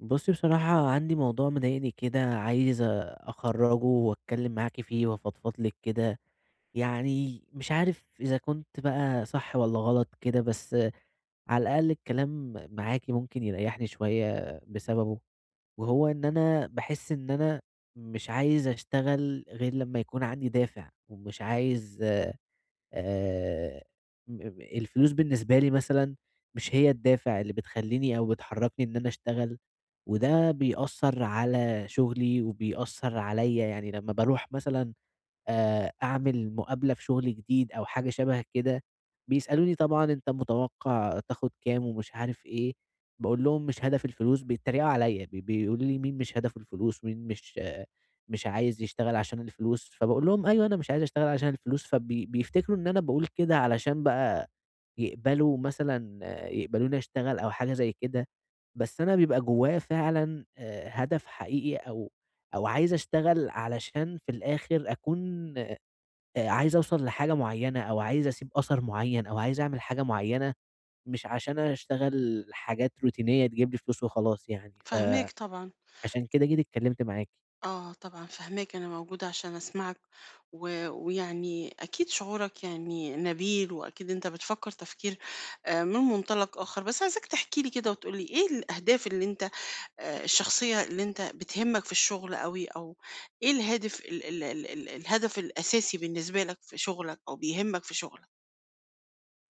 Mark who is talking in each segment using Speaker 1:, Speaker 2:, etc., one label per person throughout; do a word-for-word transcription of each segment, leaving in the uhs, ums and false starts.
Speaker 1: بُصّي، بصراحة عندي موضوع مضايقني كده عايز أخرّجه وأتكلّم معاكِ فيه وأفضفض لِك كده، يعني مش عارف إذا كنت بقى صح والّا غلط كده، بس على الأقل الكلام معاكِ ممكن يريّحني شوية بسببه، وهو إن أنا باحس إن أنا مش عايز أشتغل غير لمّا يكون عندي دافع، ومش عايز آآ م م الفلوس بالنسبة لي مثلًا مش هي الدافع اللي بتخلّيني أو بتحرّكني إن أنا أشتغل. وده بيأثّر على شغلي وبيأثّر عليّا، يعني لمّا باروح مثلًا آآ أعمل مقابلة في شغل جديد أو حاجة شَبه كده، بيسألوني طبعًا أنت متوقّع تاخُد كام ومش عارف إيه، باقول لهم مش هدفي الفلوس، بيتريقوا عليّا، بي بيقولوا لي مين مش هدفه الفلوس، مين مش آه، مش عايز يشتغل عشان الفلوس، فباقول لهم أيوه أنا مش عايز أشتغل عشان الفلوس، فبي بيفتكروا إن أنا باقول كده علشان بقى يقبلوا مثلًا آه، يقبلوني أشتغل أو حاجة زي كده، بس أنا بيبقى جوايا فعلًا آآ هدف حقيقي أو أو عايز أشتغل علشان في الآخر أكون آآ عايز أوصل لحاجة معيّنة أو عايز أسيب أثر معيّن أو عايز أعمل حاجة معيّنة، مش عشان أشتغل حاجات روتينية تجيب لي فلوس وخلاص يعني،
Speaker 2: فاهماك
Speaker 1: فعشان
Speaker 2: طبعًا،
Speaker 1: كده جيت اتكلمت معاكِ.
Speaker 2: آه طبعًا فاهماك، أنا موجودة عشان أسمعك، و ويعني أكيد شعورك يعني نبيل، وأكيد أنت بتفكر تفكير آآ من منطلق آخر، بس عايزاك تحكي لي كده وتقول لي إيه الأهداف اللي أنت آآ الشخصية اللي أنت بتهمك في الشغل أوي، أو إيه الهادف ال ال ال ال الهدف الأساسي بالنسبة لك في شغلك أو بيهمك في شغلك؟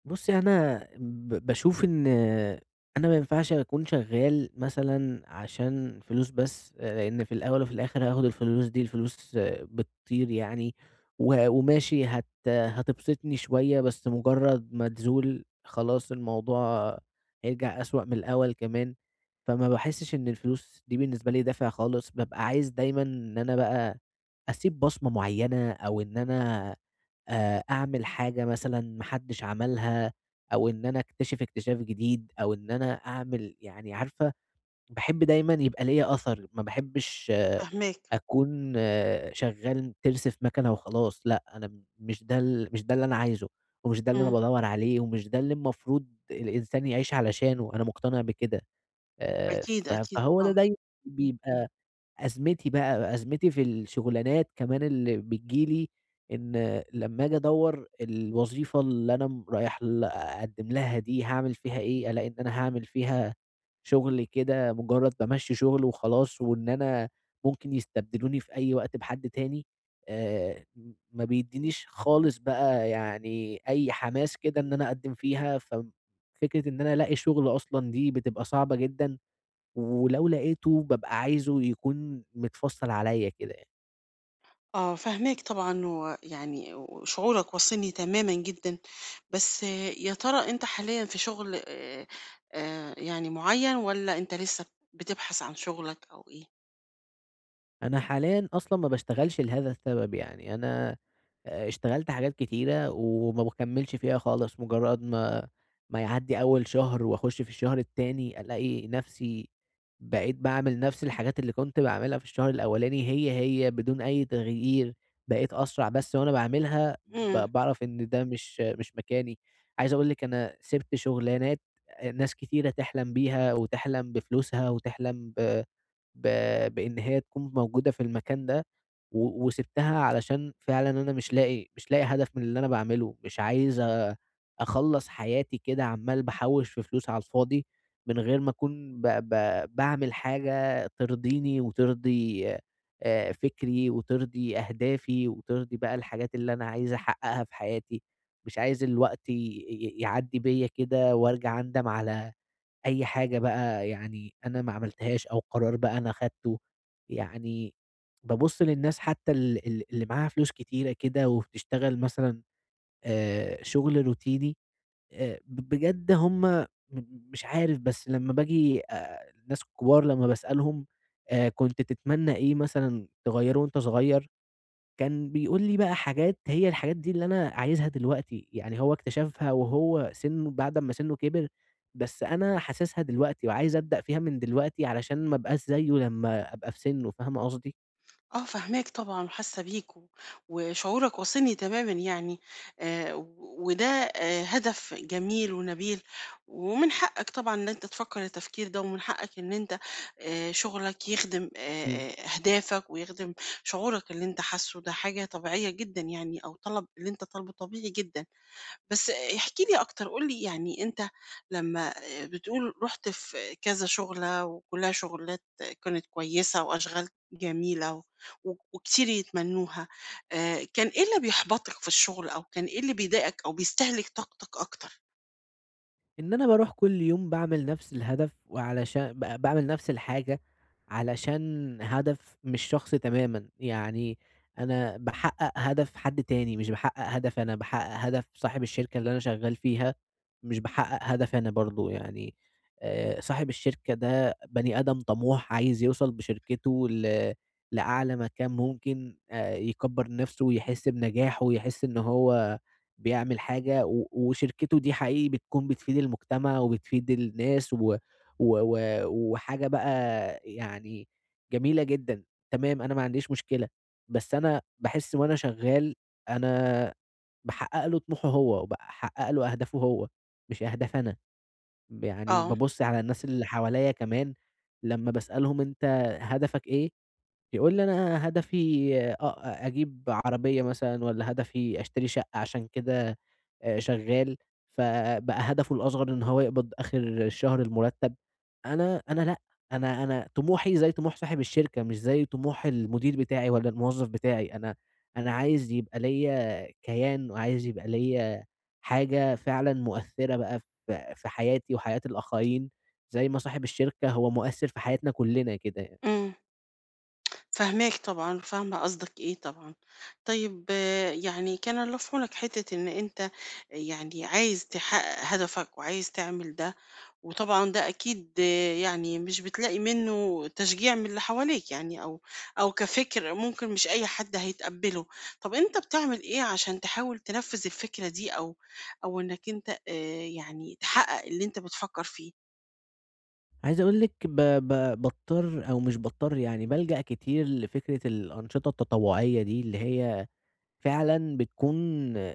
Speaker 1: بُصّي، أنا ب باشوف إن أنا ما ينفعش أكون شغّال مثلًا عشان فلوس بس، آه، لإن في الأول وفي الآخر هاخد الفلوس دي، الفلوس آه، بتطير يعني و وماشي هت هتبسطني شوية، بس مجرّد ما تزول خلاص الموضوع هيرجع أسوأ من الأول كمان. فما باحسّش إن الفلوس دي بالنسبة لي دافع خالص، بابقى عايز دايمًا إن أنا بقى أسيب بصمة معيّنة أو إن أنا آآ أعمل حاجة مثلًا ما حدش عملها، أو إن أنا أكتشف اكتشاف جديد، أو إن أنا أعمل يعني عارفة، باحب دايمًا يبقى ليّا أثر، ما باحبش
Speaker 2: فاهماك،
Speaker 1: أكون آه، شغال تِرس في مكنة وخلاص. لأ أنا م- مش ده ال مش ده اللي أنا عايزه، ومش ده اللي أنا
Speaker 2: إمم،
Speaker 1: بادوّر عليه، ومش ده اللي المفروض الإنسان يعيش علشانه، أنا مقتنع بكده. آآ
Speaker 2: أكيد،
Speaker 1: ف
Speaker 2: أكيد،
Speaker 1: فهو ده
Speaker 2: آه.
Speaker 1: دايمًا بيبقى أزمتي بقى، أزمتي في الشُغلانات كمان اللي بتيجي لي، إن لمّا آجي أدوّر الوظيفة اللي أنا م رايح ل أقدّم لها دي هاعمل فيها إيه، ألاقي إن أنا هاعمل فيها شُغل كده مُجرّد بامَشّي شُغل وخلاص، وإن أنا ممكن يستبدلوني في أي وقت بحد تاني، آآ م ما بيدّينيش خالص بقى يعني أي حماس كده إن أنا أقدّم فيها، فم فكرة إن أنا ألاقي شُغل أصلًا دي بتبقى صعبة جدًا، ولو لقيته بابقى عايزه يكون متفصّل عليّا كده يعني.
Speaker 2: آه فاهماك طبعًا، ويعني وشعورك واصلني تمامًا جدًا، بس آه، يا ترى أنت حاليًا في شغل آآ آآ يعني معيّن والّا أنت لسه بتبحث عن شغلك أو إيه؟
Speaker 1: أنا حاليًا أصلًا ما باشتغلش لهذا السبب يعني، أنا آآ اشتغلت حاجات كتيرة وما باكمّلش فيها خالص، مجرّد ما ما يعدّي أول شهر وأخُش في الشهر التاني، ألاقي نَفْسي بقيت باعمل نَفْس الحاجات اللي كنت باعملها في الشهر الأولاني هي، هي بدون أي تغيير، بقيت أسرع بس وأنا باعملها،
Speaker 2: إمم.
Speaker 1: ب باعرف إن ده مش مش مكاني. عايز أقول لِك أنا سِبت شُغلانات آآ ناس كتيرة تحلم بيها وتحلم بفلوسها وتحلم ب ب بإن هي تكون موجودة في المكان ده، و وسِبتها علشان فعلًا أنا مش لاقي مش لاقي هدف من اللي أنا باعمله، مش عايز أ أخلّص حياتي كده عمّال باحوّش في فلوس على الفاضي، من غير ما أكون ب ب باعمل حاجة ترضيني وترضي آآ فكري وترضي أهدافي وترضي بقى الحاجات اللي أنا عايز أحققها في حياتي. مش عايز الوقت ي ي يعدّي بيّا كده وأرجع أندم على أي حاجة بقى يعني أنا ما عملتهاش أو قرار بقى أنا أخدته. يعني بابُص للناس، حتى ال ال اللي معاها فلوس كتيرة كده وبتشتغل مثلًا آآ شغل روتيني، آآ ب بجد هُم، م مش عارف. بس لمّا باجي آآ الناس الكبار لمّا باسألهم آآ كنت تتمنى إيه مثلًا تغيّره وأنت صغير؟ كان بيقول لي بقى حاجات هي الحاجات دي اللي أنا عايزها دلوقتي، يعني هو اكتشفها وهو سنّه بعد أمّا سنّه كِبِر، بس أنا حاسسها دلوقتي وعايز أبدأ فيها من دلوقتي علشان ما ابقاش زيه لمّا أبقى في سنّه، فاهمة قصدي؟
Speaker 2: آه فاهماك طبعًا وحاسة بيك، و وشعورك واصلني تمامًا يعني، آآ وده آآ هدف جميل ونبيل، ومن حقك طبعًا إن أنت تفكر التفكير ده، ومن حقك إن أنت آآ شغلك يخدم آآ أهدافك ويخدم شعورك اللي أنت حاسه، ده حاجة طبيعية جدًا يعني، أو طلب اللي أنت طالبه طبيعي جدًا. بس احكِ لي أكتر، قُل لي يعني أنت لمّا آآ بتقول رُحت في كذا شُغلة وكلّها شُغلات كانت كويسة وأشغال جميلة و و وكتير يتمنّوها، آآ كان إيه اللي بيحبطك في الشغل أو كان إيه اللي بيضايقك أو بيستهلك طاقتك أكتر؟
Speaker 1: إن أنا باروح كل يوم باعمل نفس الهدف وعلشان ب باعمل نفس الحاجة علشان هدف مش شخصي تمامًا، يعني أنا باحقق هدف حد تاني مش باحقق هدف أنا، باحقق هدف صاحب الشركة اللي أنا شغال فيها، مش باحقق هدف أنا برضه يعني. آآ، صاحب الشركة ده بني آدم طموح عايز يوصل بشركته ل لأعلى مكان ممكن، آآ، يكبّر نفسه ويحس بنجاحه ويحس إن هو بيعمل حاجة، و وشركته دي حقيقي بتكون بتفيد المجتمع وبتفيد الناس و و و وحاجة بقى يعني جميلة جدًا. تمام، أنا ما عنديش مشكلة، بس أنا باحس وأنا شغال أنا باحقق له طموحه هو، وباحقق له أهدافه هو، مش أهدافي أنا. يعني
Speaker 2: آه.
Speaker 1: بابُص على الناس اللي حواليّا كمان لمّا باسألهم أنت هدفك إيه؟ يقول لي أنا هدفي آه أجيب عربية مثلًا، والّا هدفي أشتري شقة عشان كده آآ شغّال، فبقى هدفه الأصغر إن هو يقبض آخر الشهر المُرتّب. أنا أنا لأ، أنا أنا طموحي زي طموح صاحب الشركة، مش زي طموح المدير بتاعي والّا الموظف بتاعي. أنا أنا عايز يبقى ليّا كيان، وعايز يبقى ليّا حاجة فعلًا مؤثّرة بقى في في حياتي وحياة الآخرين، زي ما صاحب الشركة هو مؤثّر في حياتنا كُلّنا كده.
Speaker 2: إمم. فاهماك طبعًا، فاهمة قصدك إيه طبعًا. طيب آه، يعني كان الله في عونك حتّة إن أنت يعني عايز تحقّق هدفك وعايز تعمل ده، وطبعًا ده أكيد آه، يعني مش بتلاقي منّه تشجيع من اللي حواليك يعني أو أو كفِكر ممكن مش أي حد هيتقبّله. طَب أنت بتعمل إيه عشان تحاول تنفّذ الفكرة دي أو أو إنّك أنت آآ يعني تحقّق اللي أنت بتفكّر فيه؟
Speaker 1: عايز أقول لِك، ب ب باضطر أو مش باضطر يعني بالجأ كتير لفكرة الأنشطة التطوعية دي، اللي هي فعلًا بتكون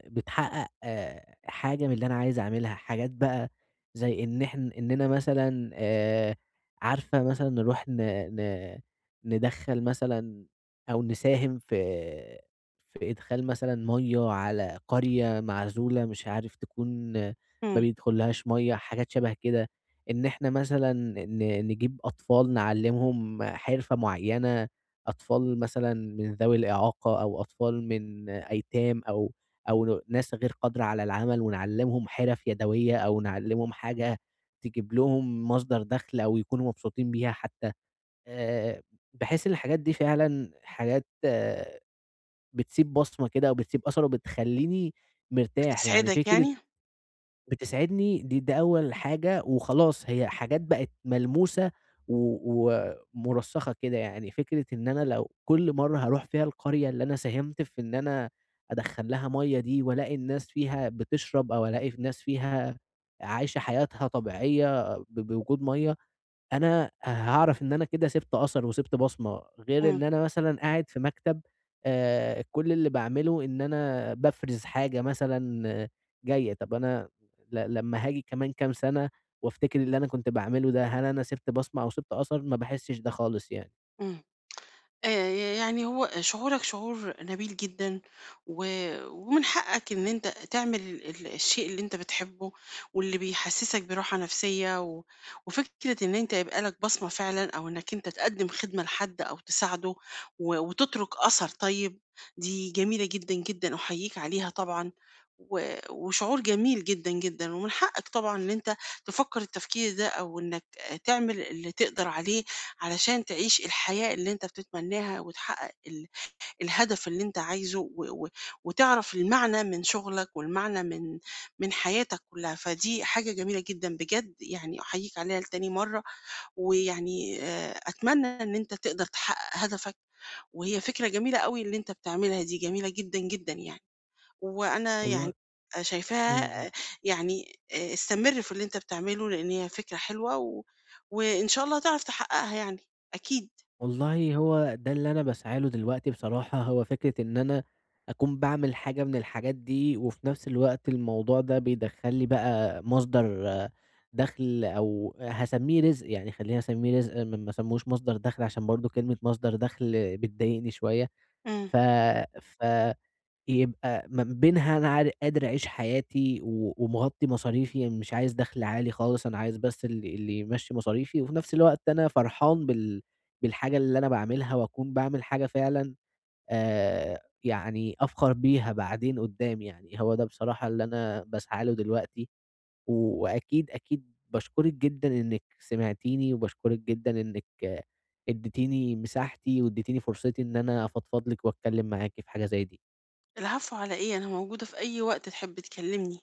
Speaker 1: بتحقق آآ، حاجة من اللي أنا عايز أعملها. حاجات بقى زي إن إحن إننا مثلًا، آآ، عارفة، مثلًا نروح ن ن ندخّل مثلًا، أو نساهم في في إدخال مثلًا مَيّة على قرية معزولة مش عارف تكون آه، ما
Speaker 2: إمم،
Speaker 1: بيدخلّهاش مَيّة، حاجات شبه كده. إن إحنا مثلًا ن نجيب أطفال نعلّمهم حرفة معيّنة، أطفال مثلًا من ذوي الإعاقة أو أطفال من أيتام أو أو ن ناس غير قادرة على العمل، ونعلّمهم حِرَف يدوية أو نعلّمهم حاجة تجيب لهم مصدر دَخْل أو يكونوا مبسوطين بيها حتّى. آآ باحس إن الحاجات دي فعلًا حاجات آه، بتسيب بصمة كده أو بتسيب أثر وبتخلّيني مرتاح. يعني
Speaker 2: بتسعدك
Speaker 1: فكرة
Speaker 2: يعني؟
Speaker 1: بتسعدني دي، ده أول حاجة، وخلاص هي حاجات بقت ملموسة و ومُرسّخة كده. يعني فكرة إن أنا لو كل مرّة هاروح فيها القرية اللي أنا ساهمت في إن أنا أدخّل لها مَيّة دي، والاقي الناس فيها بتشرب أو الاقي الناس فيها عايشة حياتها طبيعية ب بوجود مَيّة، أنا هاعرف إن أنا كده سِبت أثر وسِبت بصمة، غير
Speaker 2: إمم،
Speaker 1: إن أنا مثلًا قاعد في مكتب، آآ كل اللي باعمله إن أنا بافرِز حاجة مثلًا آه، جاية. طَب أنا ل لمّا هاجي كمان كام سَنة وافتكر اللي أنا كنت باعمله ده، هل أنا سِبت بصمة أو سِبت أثر؟ ما باحسّش ده خالص يعني.
Speaker 2: إمم. آآ يعني هو شعورك شعور نبيل جدًا، و ومن حقك إن أنت تعمل ال الشيء اللي أنت بتحبه، واللي بيحسسك براحة نفسية، و وفكرة إن أنت يبقى لك بصمة فعلًا، أو إنك أنت تقدم خدمة لحد أو تساعده، و وتترك أثر طيب، دي جميلة جدًا جدًا، أحييك عليها طبعًا، و وشعور جميل جدًا جدًا، ومن حقك طبعًا إن أنت تفكر التفكير ده، أو إنك تعمل اللي تقدر عليه علشان تعيش الحياة اللي أنت بتتمناها وتحقق ال الهدف اللي أنت عايزه و و وتعرف المعنى من شغلك والمعنى من من حياتك كلها، فدي حاجة جميلة جدًا بجد يعني أحييك عليها لتاني مرّة، ويعني آآ أتمنى إن أنت تقدر تحقق هدفك، وهي فكرة جميلة أوي اللي أنت بتعملها دي، جميلة جدًا، جدًا يعني، وأنا يعني
Speaker 1: والله. إمم،
Speaker 2: شايفاها
Speaker 1: إمم.
Speaker 2: آه، يعني آآ استمر في اللي أنت بتعمله، لإن هي فكرة حلوة و وإن شاء الله هتعرف تحققها يعني، أكيد.
Speaker 1: والله هو ده اللي أنا باسعى له دلوقتي بصراحة، هو فكرة إن أنا أكون باعمل حاجة من الحاجات دي، وفي نفس الوقت الموضوع ده بيدخّل لي بقى مصدر آه، دخل، أو هاسميه رزق، يعني خلّيني أسميه رزق ما ما اسميهوش مصدر دخل عشان برضه كلمة مصدر دخل بتضايقني شوية.
Speaker 2: إمم.
Speaker 1: ف ف يبقى ما بينها أنا عار قادر أعيش حياتي، و ومغطّي مصاريفي، يعني مش عايز دخْل عالي خالص، أنا عايز بس اللي اللي يمشّي مصاريفي، وفي نفْس الوقت أنا فرحان بال بالحاجة اللي أنا باعملها، وأكون باعمل حاجة فعلًا آآ يعني أفخَر بيها بعدين قُدّام يعني، هو ده بصراحة اللي أنا باسعى له دلوقتي. و وأكيد، أكيد باشكرِك جدًا إنِّك سمعتيني، وباشكرِك جدًا إنِّك آه، ادّيتيني مساحتي، وادّيتيني فرصتي إن أنا أفضفض لِك وأتكلّم معاكِ في حاجة زي دي.
Speaker 2: العفو على إيه، أنا موجودة في أي وقت تحب تكلمني.